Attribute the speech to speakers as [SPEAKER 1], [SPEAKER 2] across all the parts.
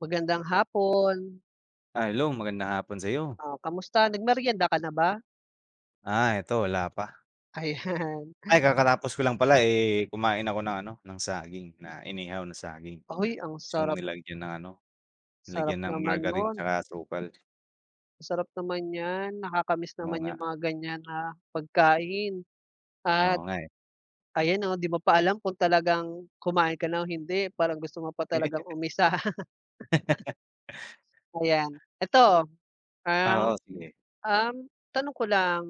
[SPEAKER 1] Magandang hapon,
[SPEAKER 2] Hello magandang hapon sa iyo.
[SPEAKER 1] kamusta nagmeryenda ka na ba?
[SPEAKER 2] Eto wala pa.
[SPEAKER 1] Ayan.
[SPEAKER 2] Ay kakatapos ko lang pala, eh, kumain ako ng saging na inihaw na saging.
[SPEAKER 1] Uy, ang
[SPEAKER 2] Ta's yung
[SPEAKER 1] sarap
[SPEAKER 2] nilagyan ng ano,
[SPEAKER 1] sarap
[SPEAKER 2] nilagyan ng
[SPEAKER 1] naman
[SPEAKER 2] margarine
[SPEAKER 1] nun,
[SPEAKER 2] tsaka asukal.
[SPEAKER 1] sarap naman niyan, nakakamiss
[SPEAKER 2] Oo
[SPEAKER 1] naman
[SPEAKER 2] nga,
[SPEAKER 1] yung mga ganyan na pagkain
[SPEAKER 2] oo
[SPEAKER 1] at
[SPEAKER 2] nga, eh.
[SPEAKER 1] ayan, oh, 'di mo pa alam kung talagang kumain ka na o hindi, parang gusto mo pa talagang umisa, ayan. Eto, ah,
[SPEAKER 2] Oo, sige.
[SPEAKER 1] um, tanong ko lang,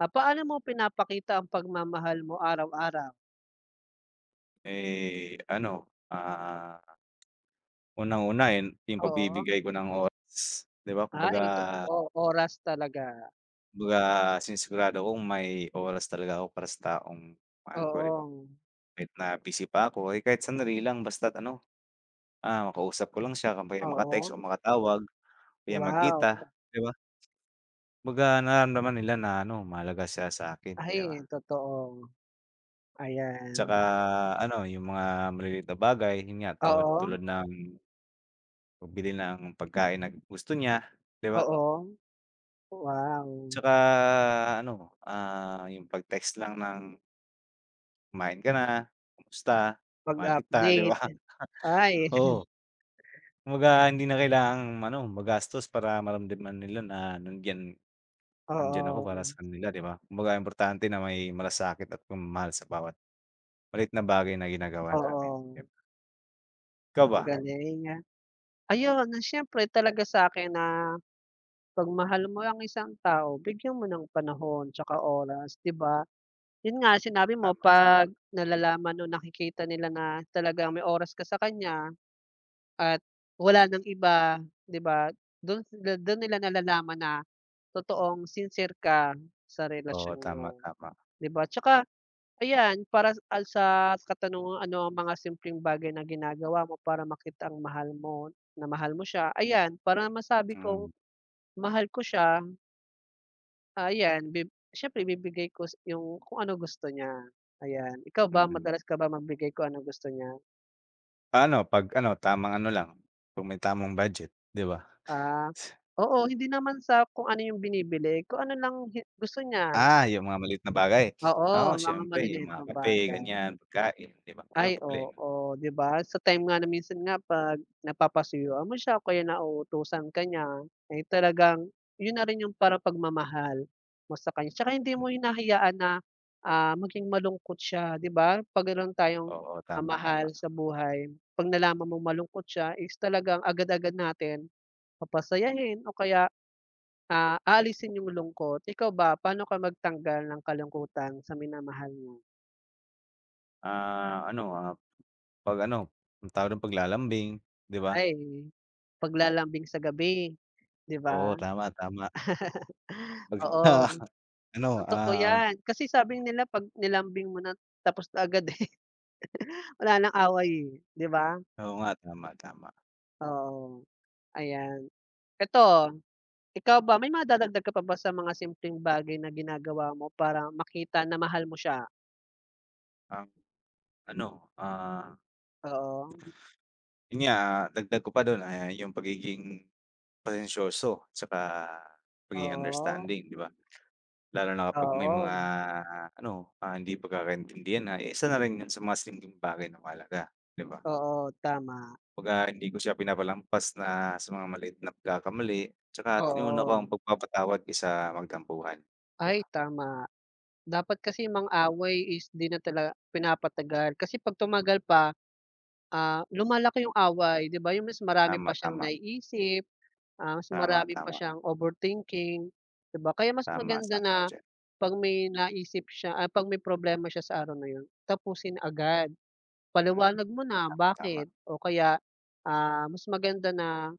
[SPEAKER 1] paano mo pinapakita ang pagmamahal mo araw-araw?
[SPEAKER 2] Eh, ano, ah, Unang-una, eh, yung
[SPEAKER 1] Oo,
[SPEAKER 2] pagbibigay ko ng oras, 'di ba kumbaga
[SPEAKER 1] ay totoo, oras talaga,
[SPEAKER 2] kumbaga sinisigurado kong may oras talaga ako para sa taong mahal ko, 'di ba?
[SPEAKER 1] oo,
[SPEAKER 2] Kahit na busy pa ako, eh, kahit sandali lang basta't ano. Makausap ko lang siya kung kaya
[SPEAKER 1] oo.
[SPEAKER 2] maka-text o makatawag o kaya
[SPEAKER 1] Wow!
[SPEAKER 2] magkita, 'di ba? Kumbaga nararamdaman nila na ano, mahalaga siya sa akin, 'di ba?
[SPEAKER 1] Ay, totoo.
[SPEAKER 2] Tsaka
[SPEAKER 1] Ayan.
[SPEAKER 2] ano, yung mga maliliit na bagay, yun nga
[SPEAKER 1] Oo,
[SPEAKER 2] tulad ng pagbili ng pagkain na gusto niya, 'di ba?
[SPEAKER 1] oo. Wow!
[SPEAKER 2] Tsaka ano, ah, yung pag-text lang ng, "Kumain ka na, kamusta, mahal kita," 'di ba?
[SPEAKER 1] Pag-update. Ay,
[SPEAKER 2] Oo, kumbaga hindi na kailangang ano, magastos para maramdaman nila na nandiyan. Nandiyan ako para
[SPEAKER 1] oo,
[SPEAKER 2] sa kanila, 'di ba? Kumbaga importante na may malasakit at pagmamahal sa bawat maliit na bagay na ginagawa namin, 'di
[SPEAKER 1] oo.
[SPEAKER 2] ba? Ikaw ba?
[SPEAKER 1] Ang galing, ah. Ayun, na siyempre talaga sa akin na 'pag mahal mo ang isang tao bigyan mo ng panahon tsaka oras, 'di ba? Yun nga, sinabi mo
[SPEAKER 2] Tama,
[SPEAKER 1] 'pag
[SPEAKER 2] tama.
[SPEAKER 1] nalalaman o nakikita nila na talagang may oras ka sa kanya at wala ng iba, 'di ba? Dun nila nalalaman na totoong sincere ka sa
[SPEAKER 2] Oo,
[SPEAKER 1] relasyon
[SPEAKER 2] tama,
[SPEAKER 1] niyo,
[SPEAKER 2] tama.
[SPEAKER 1] 'di ba? Tsaka ayan, para s- al sa katanungang ano ang mga simpleng bagay na ginagawa mo para makita ang mahal mo na mahal mo siya, ayan, para masabi kong
[SPEAKER 2] Mm,
[SPEAKER 1] mahal ko siya, ayan siyempre ibibigay ko yung kung ano gusto niya, ayan. Ikaw ba,
[SPEAKER 2] mm.
[SPEAKER 1] madalas ka ba magbigay ko ano gusto niya?
[SPEAKER 2] Paano 'pag ano, tamang ano lang, kung may tamang budget, 'di ba?
[SPEAKER 1] Ah, oo hindi naman sa kung ano yung binibili, kung ano lang gusto niya.
[SPEAKER 2] Ah, yung mga maliit na bagay?
[SPEAKER 1] Oo,
[SPEAKER 2] Oo,
[SPEAKER 1] mga
[SPEAKER 2] siyempre yung
[SPEAKER 1] maliliit
[SPEAKER 2] mga
[SPEAKER 1] na
[SPEAKER 2] kape,
[SPEAKER 1] bagay.
[SPEAKER 2] ganyan, pagkain, 'di ba?
[SPEAKER 1] Ay
[SPEAKER 2] Walang problema.
[SPEAKER 1] oo, 'di ba? Sa time nga na minsan nga 'pag napapasuyuan mo siya o kaya nauutusan ka niya, eh, talagang yun na rin yung parang pagmamahal mo sa kanya. Tsaka hindi
[SPEAKER 2] Hmm,
[SPEAKER 1] mo hinahayaan na, maging malungkot siya, 'di ba? 'Pag meron tayong,
[SPEAKER 2] oo, tama, tama.
[SPEAKER 1] mahal sa buhay, 'pag nalaman mong malungkot siya is talagang agad-agad natin papasayahin o kaya aalisin yung lungkot. Ikaw ba, paano ka magtanggal ng kalungkutan sa minamahal mo?
[SPEAKER 2] Ah, ano, ah, 'Pag ano, anong tawag dun, paglalambing, 'di ba?
[SPEAKER 1] Ay, paglalambing sa gabi, 'di ba?
[SPEAKER 2] Oo, tama, tama. Pagka
[SPEAKER 1] Oo,
[SPEAKER 2] ano,
[SPEAKER 1] totoo
[SPEAKER 2] ah.
[SPEAKER 1] 'yan. Kasi sabi nila 'pag nilambing mo na tapos na agad, eh, wala ng away, eh, 'di ba?
[SPEAKER 2] Oo nga, tama, tama.
[SPEAKER 1] Oo, ayan. Eto, ikaw ba, may madadagdag ka pa ba sa mga simpleng bagay na ginagawa mo para makita na mahal mo siya?
[SPEAKER 2] Ang ano, ah,
[SPEAKER 1] Oo,
[SPEAKER 2] yun nga, ah, dagdag ko pa dun, ah, yung pagiging pasensyoso tsaka pagiging
[SPEAKER 1] oo,
[SPEAKER 2] understanding, 'di ba? Lalo na kapag may
[SPEAKER 1] oo,
[SPEAKER 2] mga ano, ah, hindi pagkakaintindihan na eh, isa na rin yun sa mga simpleng bagay na mahalaga, 'di ba?
[SPEAKER 1] oo, tama,
[SPEAKER 2] Kumbaga hindi ko siya pinapalampas na sa mga maliit na pagkakamali tsaka tinuna ko
[SPEAKER 1] oo.
[SPEAKER 2] ang pagpapatawad kaysa magtampuhan, 'di
[SPEAKER 1] Ay
[SPEAKER 2] ba?
[SPEAKER 1] tama. Dapat kasi yung mga away is 'di na tala pinapatagal kasi 'pag tumagal pa, lumalaki yung away 'di ba, yung mas marami
[SPEAKER 2] Tama,
[SPEAKER 1] pa siyang
[SPEAKER 2] tama,
[SPEAKER 1] naiisip, mas
[SPEAKER 2] tama,
[SPEAKER 1] marami pa
[SPEAKER 2] tama,
[SPEAKER 1] siyang overthinking 'di ba? Kaya mas
[SPEAKER 2] tama,
[SPEAKER 1] maganda
[SPEAKER 2] sang-ayon
[SPEAKER 1] na
[SPEAKER 2] ako diyan.
[SPEAKER 1] 'pag may naisip siya, 'pag may problema siya sa araw na yun, tapusin agad.
[SPEAKER 2] Mm,
[SPEAKER 1] Paliwanag mo na
[SPEAKER 2] tama,
[SPEAKER 1] bakit o kaya, mas maganda na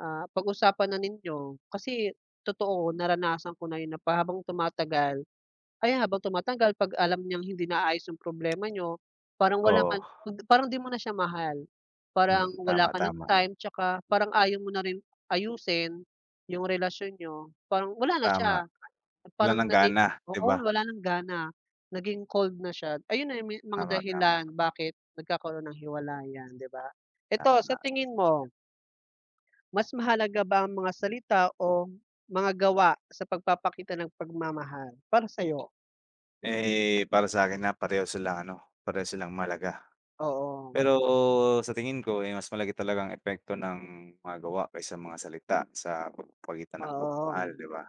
[SPEAKER 1] Pag-usapan na ninyo kasi totoo naranasan ko na yun na pa habang tumatagal ay habang tumatagal 'pag alam niyang hindi naayos yung problema niyo, parang wala
[SPEAKER 2] oo.
[SPEAKER 1] ka parang 'di mo na siya mahal.
[SPEAKER 2] Mm,
[SPEAKER 1] Parang wala
[SPEAKER 2] tama,
[SPEAKER 1] ka ng time tsaka parang ayaw mo na rin ayusin yung relasyon niyo, parang wala na
[SPEAKER 2] tama.
[SPEAKER 1] siya,
[SPEAKER 2] Wala
[SPEAKER 1] parang
[SPEAKER 2] ng
[SPEAKER 1] naging
[SPEAKER 2] gana, 'di
[SPEAKER 1] oo,
[SPEAKER 2] ba?
[SPEAKER 1] wala ng gana, naging cold na siya. Ayun na yung mga
[SPEAKER 2] Tama, tama,
[SPEAKER 1] dahilan bakit nagkakaroon ng hiwalayan, 'di ba? Eto sa
[SPEAKER 2] tama.
[SPEAKER 1] tingin mo mas mahalaga ba ang mga salita o mga gawa sa pagpapakita ng pagmamahal para sa'yo?
[SPEAKER 2] Eh, para sa'kin na pareho silang ano, pareho silang mahalaga.
[SPEAKER 1] Oo,
[SPEAKER 2] Pero sa tingin ko, eh, mas malaki talaga ang epekto ng mga gawa kaysa mga salita sa pamamagitan ng
[SPEAKER 1] oo,
[SPEAKER 2] pagmamahal, 'di ba?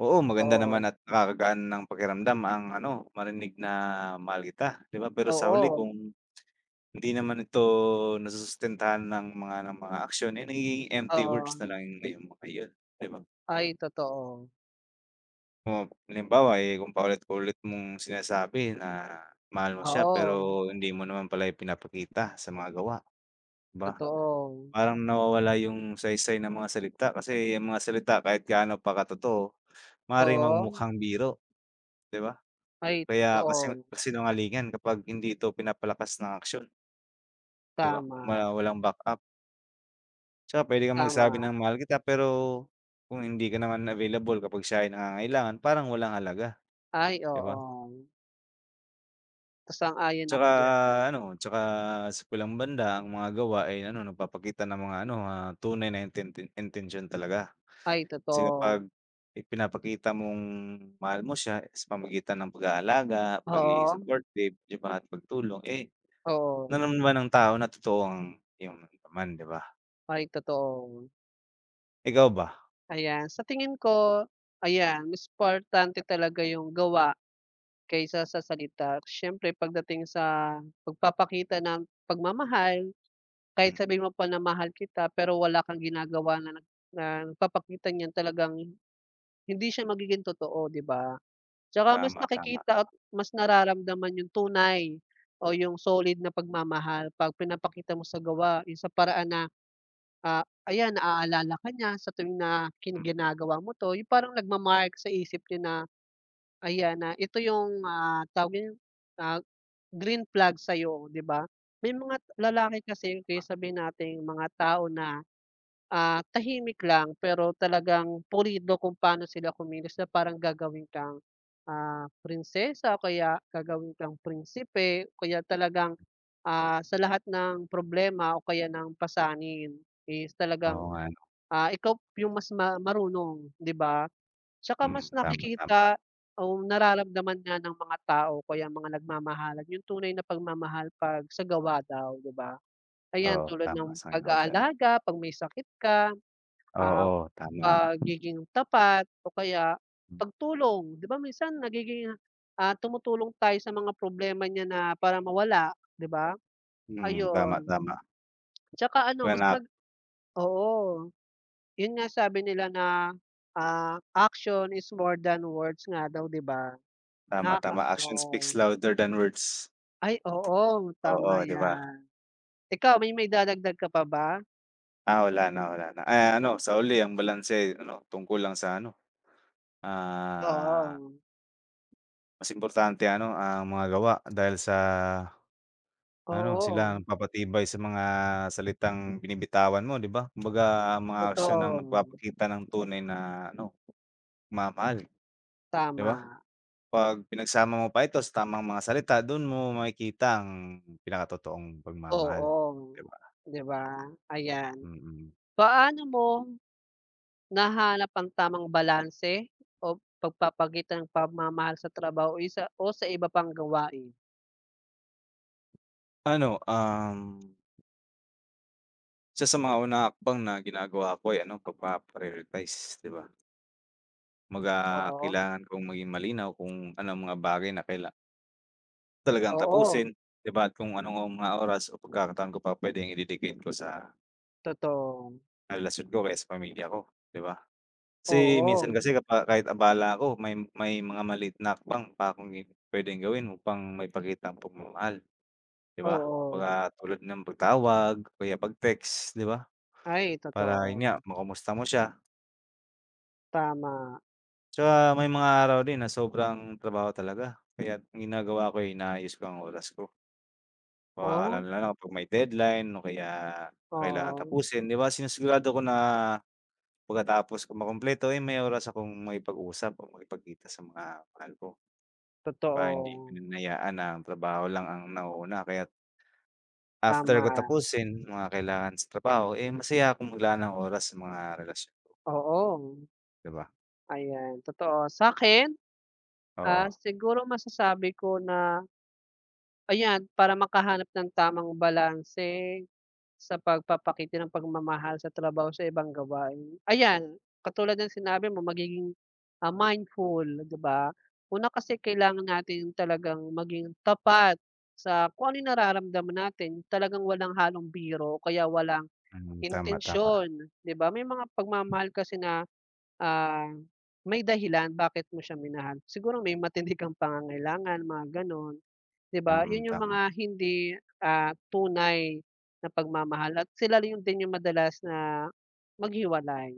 [SPEAKER 2] Oo, maganda naman
[SPEAKER 1] totoo.
[SPEAKER 2] at nakakagaan ng pakiramdam ang ano, marinig na mahal kita, 'di ba? Pero sa huli
[SPEAKER 1] Oo,
[SPEAKER 2] kung hindi naman ito nasusustentahan ng mga aksyon, eh, nagiging empty words
[SPEAKER 1] oo.
[SPEAKER 2] na lang na yung mga yun, 'di ba?
[SPEAKER 1] Ay totoo.
[SPEAKER 2] Oh, halimbawa, eh, kung paulit-ulit mong sinasabi na mahal mo siya
[SPEAKER 1] Oo,
[SPEAKER 2] pero hindi mo naman pala ipinapakita sa mga gawa, 'di ba?
[SPEAKER 1] totoo.
[SPEAKER 2] Parang nawawala yung saysay ng mga salita kasi ang mga salita kahit gaano pa katotoo, maaaring
[SPEAKER 1] Oo.
[SPEAKER 2] magmukhang biro, 'di ba?
[SPEAKER 1] Ay
[SPEAKER 2] Kaya kasi
[SPEAKER 1] totoo.
[SPEAKER 2] kasinungalingan kapag hindi ito pinapalakas ng aksyon, 'di ba?
[SPEAKER 1] Tama,
[SPEAKER 2] Walang backup Tsaka puwede kang magsabi
[SPEAKER 1] tama.
[SPEAKER 2] ng mahal kita pero kung hindi ka naman available kapag siya ay nangangailangan, parang walang halaga,
[SPEAKER 1] Ay
[SPEAKER 2] 'di ba?
[SPEAKER 1] oo, sang-ayon
[SPEAKER 2] Tsaka
[SPEAKER 1] ako diyan.
[SPEAKER 2] ano, tsaka sa kabilang banda ang mga gawa ay ano nagpapakita ng mga ano, ah, tunay na intensyon talaga.
[SPEAKER 1] Ay
[SPEAKER 2] Kasi
[SPEAKER 1] totoo.
[SPEAKER 2] kapag ipinapakita mong mahal mo siya eh, sa pamamagitan ng pag-aalaga, pagiging
[SPEAKER 1] Oo,
[SPEAKER 2] supportive, 'di ba, at pagtulong, eh,
[SPEAKER 1] oo.
[SPEAKER 2] nararamdaman ng tao na totoo ang iyong naramdaman, 'di ba?
[SPEAKER 1] Ay totoo.
[SPEAKER 2] Ikaw ba?
[SPEAKER 1] Ayan, sa tingin ko, ayan mas importante talaga yung gawa kaysa sa salita. Siyempre pagdating sa pagpapakita ng pagmamahal,
[SPEAKER 2] Mm,
[SPEAKER 1] kahit sabihin mo pa na mahal kita pero wala kang ginagawa na na nagpapakita niyan talagang hindi siya magiging totoo, 'di ba? Tsaka mas
[SPEAKER 2] tama, tama.
[SPEAKER 1] nakikita at mas nararamdaman yung tunay o yung solid na pagmamahal 'pag pinapakita mo sa gawa, yung sa paraan na ayan naaalala ka niya sa tuwing na ginagawa mo 'to, yung parang nagma sa isip niya na, ayan na ito yung, tawag yun, ah, green flag sa'yo, 'di ba? May mga lalaki kasi, kaya sabihin natin mga tao na tahimik lang pero talagang pulido kung paano sila kumilos na parang gagawin kang, prinsesa o kaya gagawin kang prinsipe o kaya talagang, sa lahat ng problema o kaya ng pasanin is talagang,
[SPEAKER 2] Oo nga 'no,
[SPEAKER 1] ikaw yung mas marunong, 'di ba? Tsaka
[SPEAKER 2] mm,
[SPEAKER 1] mas
[SPEAKER 2] tama, tama.
[SPEAKER 1] nakikita o nararamdaman nga ng mga tao kaya mga nagmamahalan yung tunay na pagmamahal 'pag sa gawa daw, 'di ba? Ayan,
[SPEAKER 2] Oo,
[SPEAKER 1] tulad
[SPEAKER 2] tama,
[SPEAKER 1] ng
[SPEAKER 2] sang-ayon ako diyan.
[SPEAKER 1] pag-aalaga 'pag may sakit ka. Ah,
[SPEAKER 2] Oo, tama.
[SPEAKER 1] Pagiging tapat o kaya pagtulong. 'Di ba minsan nagiging, tumutulong tayo sa mga problema niya na para mawala, 'di ba?
[SPEAKER 2] Mm, tama,
[SPEAKER 1] Ayun.
[SPEAKER 2] tama.
[SPEAKER 1] Tsaka ano mas
[SPEAKER 2] Wala.
[SPEAKER 1] mag oo, yun nga sabi nila na, action is more than words nga daw 'di ba?
[SPEAKER 2] Tama,
[SPEAKER 1] Nakaka
[SPEAKER 2] tama. Action speaks
[SPEAKER 1] oo.
[SPEAKER 2] louder than words.
[SPEAKER 1] Ay oo,
[SPEAKER 2] Oo,
[SPEAKER 1] tama
[SPEAKER 2] 'di ba?
[SPEAKER 1] yan. Ikaw may dadagdag ka pa ba?
[SPEAKER 2] Ah, wala na, wala na. Eh, ano, sa uli ang balanse ano, tungkol lang sa ano, ah,
[SPEAKER 1] Oo.
[SPEAKER 2] mas importante ano, ang mga gawa dahil sa ano,
[SPEAKER 1] Oo,
[SPEAKER 2] sila ang nagpapatibay sa mga salitang binibitawan mo, 'di ba? Kumbaga ang mga aksyon ang
[SPEAKER 1] totoo.
[SPEAKER 2] nagpapakita ng tunay na ano, pagmamahal, 'di ba?
[SPEAKER 1] Tama.
[SPEAKER 2] 'Pag pinagsama mo pa ito sa tamang mga salita, doon mo makikita ang pinakatotoong pagmamahal,
[SPEAKER 1] Oo,
[SPEAKER 2] 'di ba?
[SPEAKER 1] 'di ba? Ayan.
[SPEAKER 2] Mm. Mm.
[SPEAKER 1] Paano mo nahanap ang tamang balanse o pagpapagitan ng pagmamahal sa trabaho o isa o sa iba pang gawain?
[SPEAKER 2] Ano, um Isa sa mga unang hakbang na ginagawa ko ay ano, pagpa-prioritize, 'di ba? Kumbaga
[SPEAKER 1] Oo,
[SPEAKER 2] kailangan kong maging malinaw kung ano mga bagay na talagang
[SPEAKER 1] oo,
[SPEAKER 2] tapusin, 'di ba? At kung anong mga oras o pagkakataon ko pa puwedeng i-dedicate ko sa
[SPEAKER 1] totoo.
[SPEAKER 2] karelasyon ko kaya sa pamilya ko, 'di ba? Kasi minsan
[SPEAKER 1] Oo,
[SPEAKER 2] kasi kahit abala ako may mga maliit na hakbang pa akong puwedeng gawin upang maipakita ang pagmamahal, 'di ba?
[SPEAKER 1] oo.
[SPEAKER 2] Kumbaga tulad ng pagtawag o kaya pag-text, 'di ba?
[SPEAKER 1] Ay,
[SPEAKER 2] Para
[SPEAKER 1] totoo.
[SPEAKER 2] yun nga, makumusta mo siya.
[SPEAKER 1] Tama.
[SPEAKER 2] Tsaka may mga araw din na sobrang trabaho talaga kaya ang ginagawa ko, eh, inaayos ko ang oras ko. Baka lalo
[SPEAKER 1] Oh,
[SPEAKER 2] na lang kapag may deadline o kaya kailangan
[SPEAKER 1] oo,
[SPEAKER 2] tapusin, 'di ba sinisigurado ko na pagkatapos ko makumpleto, eh, may oras akong makipag-usap o makipagkita sa mga mahal ko para hindi
[SPEAKER 1] totoo.
[SPEAKER 2] pinanayaan na ang trabaho lang ang nauuna kaya after
[SPEAKER 1] Tama,
[SPEAKER 2] ko tapusin mga kailangan sa trabaho, eh, masaya akong maglaan ng oras sa mga relasyon ko,
[SPEAKER 1] oo.
[SPEAKER 2] 'di ba?
[SPEAKER 1] Ayan, totoo. Sa'kin,
[SPEAKER 2] Oo,
[SPEAKER 1] siguro masasabi ko na. Ayan, para makahanap ng tamang balanse sa pagpapakita ng pagmamahal sa trabaho sa ibang gawain. Ayan, katulad ng sinabi mo magiging, mindful, 'di ba? Una kasi kailangan natin talagang maging tapat sa kung ano yung nararamdaman natin, talagang walang halong biro kaya walang
[SPEAKER 2] mm, tama, tama.
[SPEAKER 1] intensyon, 'di ba? May mga pagmamahal kasi na Ah, may dahilan bakit mo siya minahal. Siguro may matindi kang pangangailangan, mga gano'n, 'di ba?
[SPEAKER 2] Mm,
[SPEAKER 1] 'Yun yung
[SPEAKER 2] tama.
[SPEAKER 1] mga hindi, tunay na pagmamahal at sila yung din yung madalas na maghiwalay,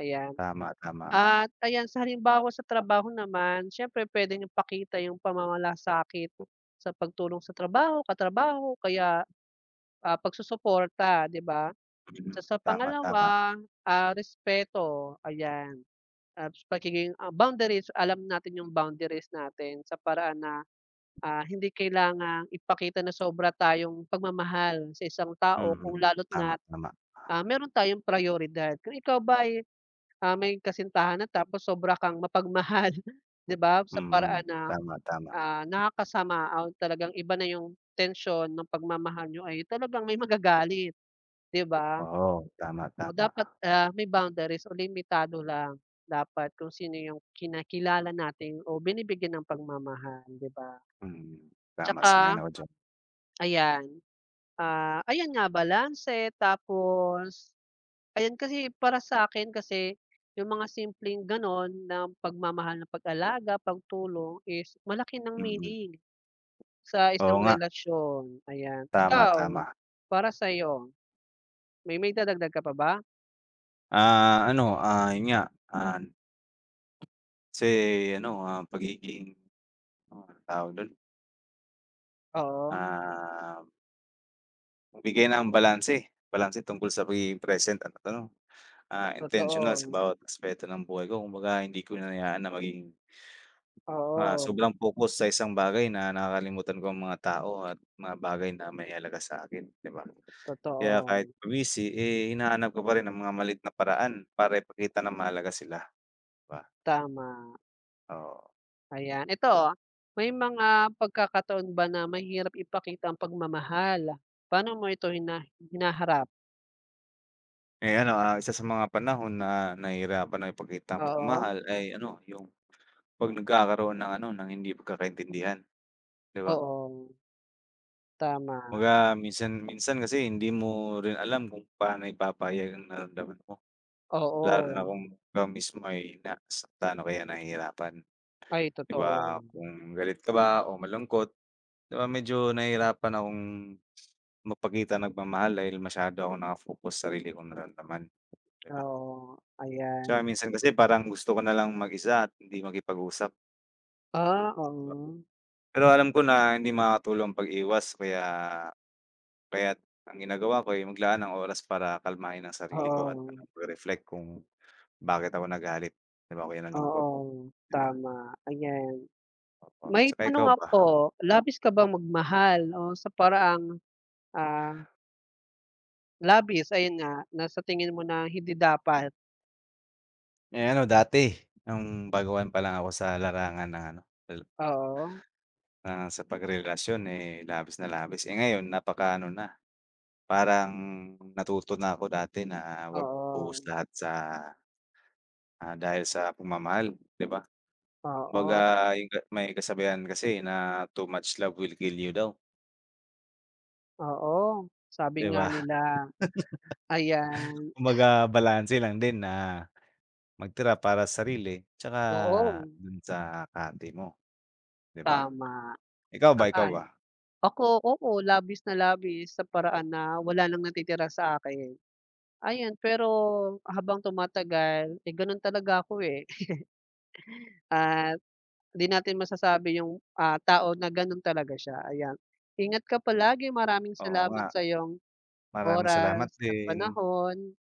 [SPEAKER 1] ayan.
[SPEAKER 2] Tama, tama.
[SPEAKER 1] At ayan, sa halimbawa sa trabaho naman, siyempre puwede niyong ipakita yung pamamalasakit sa pagtulong sa trabaho, katrabaho, kaya, pagsusuporta, 'di ba?
[SPEAKER 2] Mm,
[SPEAKER 1] Sa
[SPEAKER 2] tama, tama.
[SPEAKER 1] pangalawa, respeto, ayan. Pagiging, boundaries, alam natin yung boundaries natin sa paraan na, hindi kailangang ipakita na sobra tayong pagmamahal sa isang tao kung
[SPEAKER 2] Mm,
[SPEAKER 1] lalo't
[SPEAKER 2] tama,
[SPEAKER 1] na't,
[SPEAKER 2] tama.
[SPEAKER 1] meron tayong prioridad. Kung ikaw ba ay, may kasintahan na tapos sobra kang mapagmahal, 'di ba, sa
[SPEAKER 2] Mm,
[SPEAKER 1] paraan na,
[SPEAKER 2] tama, tama.
[SPEAKER 1] nakakasama o talagang iba na yung tension ng pagmamahal niyo ay talagang may magagalit, 'di ba?
[SPEAKER 2] Oo, tama,
[SPEAKER 1] O
[SPEAKER 2] tama.
[SPEAKER 1] dapat, may boundaries o limitado lang dapat kung sino yung kinakilala natin o binibigyan ng pagmamahal, 'di ba?
[SPEAKER 2] Mm, tama,
[SPEAKER 1] Tsaka
[SPEAKER 2] sang-ayon ako diyan.
[SPEAKER 1] ayan, ayan nga balanse tapos ayan kasi para sa akin kasi yung mga simpleng gano'n na pagmamahal ng pag-alaga, pagtulong is malaki ng
[SPEAKER 2] Mm,
[SPEAKER 1] meaning sa
[SPEAKER 2] oo
[SPEAKER 1] isang
[SPEAKER 2] nga,
[SPEAKER 1] relasyon, ayan.
[SPEAKER 2] tama,
[SPEAKER 1] Ikaw,
[SPEAKER 2] tama.
[SPEAKER 1] para sa'yo, may dadagdag ka pa ba?
[SPEAKER 2] Ah, ano, ah, yun nga, ah, kasi ano, ah, pagiging anong tawag dun,
[SPEAKER 1] Oo,
[SPEAKER 2] ah, magbigay ng balanse, balanse tungkol sa pagiging present at ano, ah, intentional sa
[SPEAKER 1] totoo,
[SPEAKER 2] bawat aspeto ng buhay ko. Kumbaga hindi ko hinayaan na maging
[SPEAKER 1] oo.
[SPEAKER 2] sobrang focus sa isang bagay na nakakalimutan ko ang mga tao at mga bagay na may halaga sa akin, 'di ba? Kaya
[SPEAKER 1] Totoo,
[SPEAKER 2] kahit busy, eh, hinahanap ko pa rin ang mga malit na paraan para ipakita na mahalaga sila, 'di ba?
[SPEAKER 1] tama,
[SPEAKER 2] Oo.
[SPEAKER 1] ayan. Ito, may mga pagkakataon ba na mahirap ipakita ang pagmamahal? Paano mo ito hinaharap?
[SPEAKER 2] Eh, ano, ah, isa sa mga panahon na nahihirapan na ipakita ang
[SPEAKER 1] Oo,
[SPEAKER 2] pagmamahal ay ano, yung 'pag nagkakaroon ng ano, ng hindi pagkakaintindihan, 'di ba?
[SPEAKER 1] oo, tama,
[SPEAKER 2] Kumbaga minsan minsan kasi hindi mo rin alam kung paano ipapahayag ang nararamdaman mo, lalo
[SPEAKER 1] oo.
[SPEAKER 2] na kung ikaw mismo ay nasaktan o kaya nahihirapan.
[SPEAKER 1] Ay
[SPEAKER 2] 'Di
[SPEAKER 1] totoo,
[SPEAKER 2] ba, kung galit ka ba o malungkot, 'di ba medyo nahihirapan akong magpakita ng pagmamahal dahil masyado akong naka-focus sa sarili kong nararamdaman, 'di ba?
[SPEAKER 1] oo, ayan.
[SPEAKER 2] Tsaka minsan kasi parang gusto ko na lang mag-isa at hindi makipag-usap.
[SPEAKER 1] Ah, oo,
[SPEAKER 2] Pero alam ko na hindi makakatulong ang pag-iwas kaya't ang ginagawa ko ay maglaan ng oras para kalmahin ang sarili ko at
[SPEAKER 1] oo,
[SPEAKER 2] ano, mag-reflect kung bakit ako nagalit, 'di ba, o kaya nalungkot,
[SPEAKER 1] oo,
[SPEAKER 2] 'di ba?
[SPEAKER 1] tama, ayan.
[SPEAKER 2] Opo,
[SPEAKER 1] May
[SPEAKER 2] tsaka
[SPEAKER 1] tanong
[SPEAKER 2] ikaw ba?
[SPEAKER 1] ako, labis ka bang magmahal o sa paraang, ah, labis, ayun nga, na sa tingin mo na hindi dapat?
[SPEAKER 2] Eh, ano dati, nung baguhan pa lang ako sa larangan ng ano,
[SPEAKER 1] Oo.
[SPEAKER 2] ah, sa pagrelasyon eh, labis na labis. Eh, ngayon napakaano na, parang natuto na ako dati na wag buhos
[SPEAKER 1] Oo,
[SPEAKER 2] lahat sa, ah, dahil sa pagmamahal, 'di ba? Kumbaga
[SPEAKER 1] oo,
[SPEAKER 2] yung ka may kasabihan kasi na, "Too much love will kill you" daw,
[SPEAKER 1] oo. Sabi
[SPEAKER 2] 'di
[SPEAKER 1] nga
[SPEAKER 2] ba?
[SPEAKER 1] nila, ayan,
[SPEAKER 2] Kumbaga balanse lang din na magtira para sa sarili tsaka
[SPEAKER 1] oo,
[SPEAKER 2] dun sa kati mo, 'di ba?
[SPEAKER 1] tama,
[SPEAKER 2] Ikaw ba?
[SPEAKER 1] sang-ayon. Ako, oo, labis na labis sa paraan na wala nang natitira sa akin. Ayan, pero habang tumatagal, eh, gano'n talaga ako, eh, at hindi natin masasabi yung, tao na gano'n talaga siya, ayan. Ingat ka palagi, maraming
[SPEAKER 2] Oo nga,
[SPEAKER 1] salamat sa iyong
[SPEAKER 2] maraming salamat
[SPEAKER 1] oras at
[SPEAKER 2] din.
[SPEAKER 1] panahon.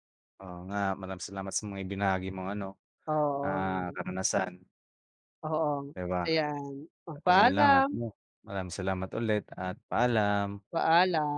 [SPEAKER 2] Oo nga, maraming salamat sa mga ibinahagi mong ano,
[SPEAKER 1] Oo,
[SPEAKER 2] ah, karanasan.
[SPEAKER 1] oo,
[SPEAKER 2] 'Di ba?
[SPEAKER 1] ayan, oh,
[SPEAKER 2] At ayun lang at
[SPEAKER 1] paalam.
[SPEAKER 2] 'no, maraming salamat ulit at paalam.
[SPEAKER 1] Paalam.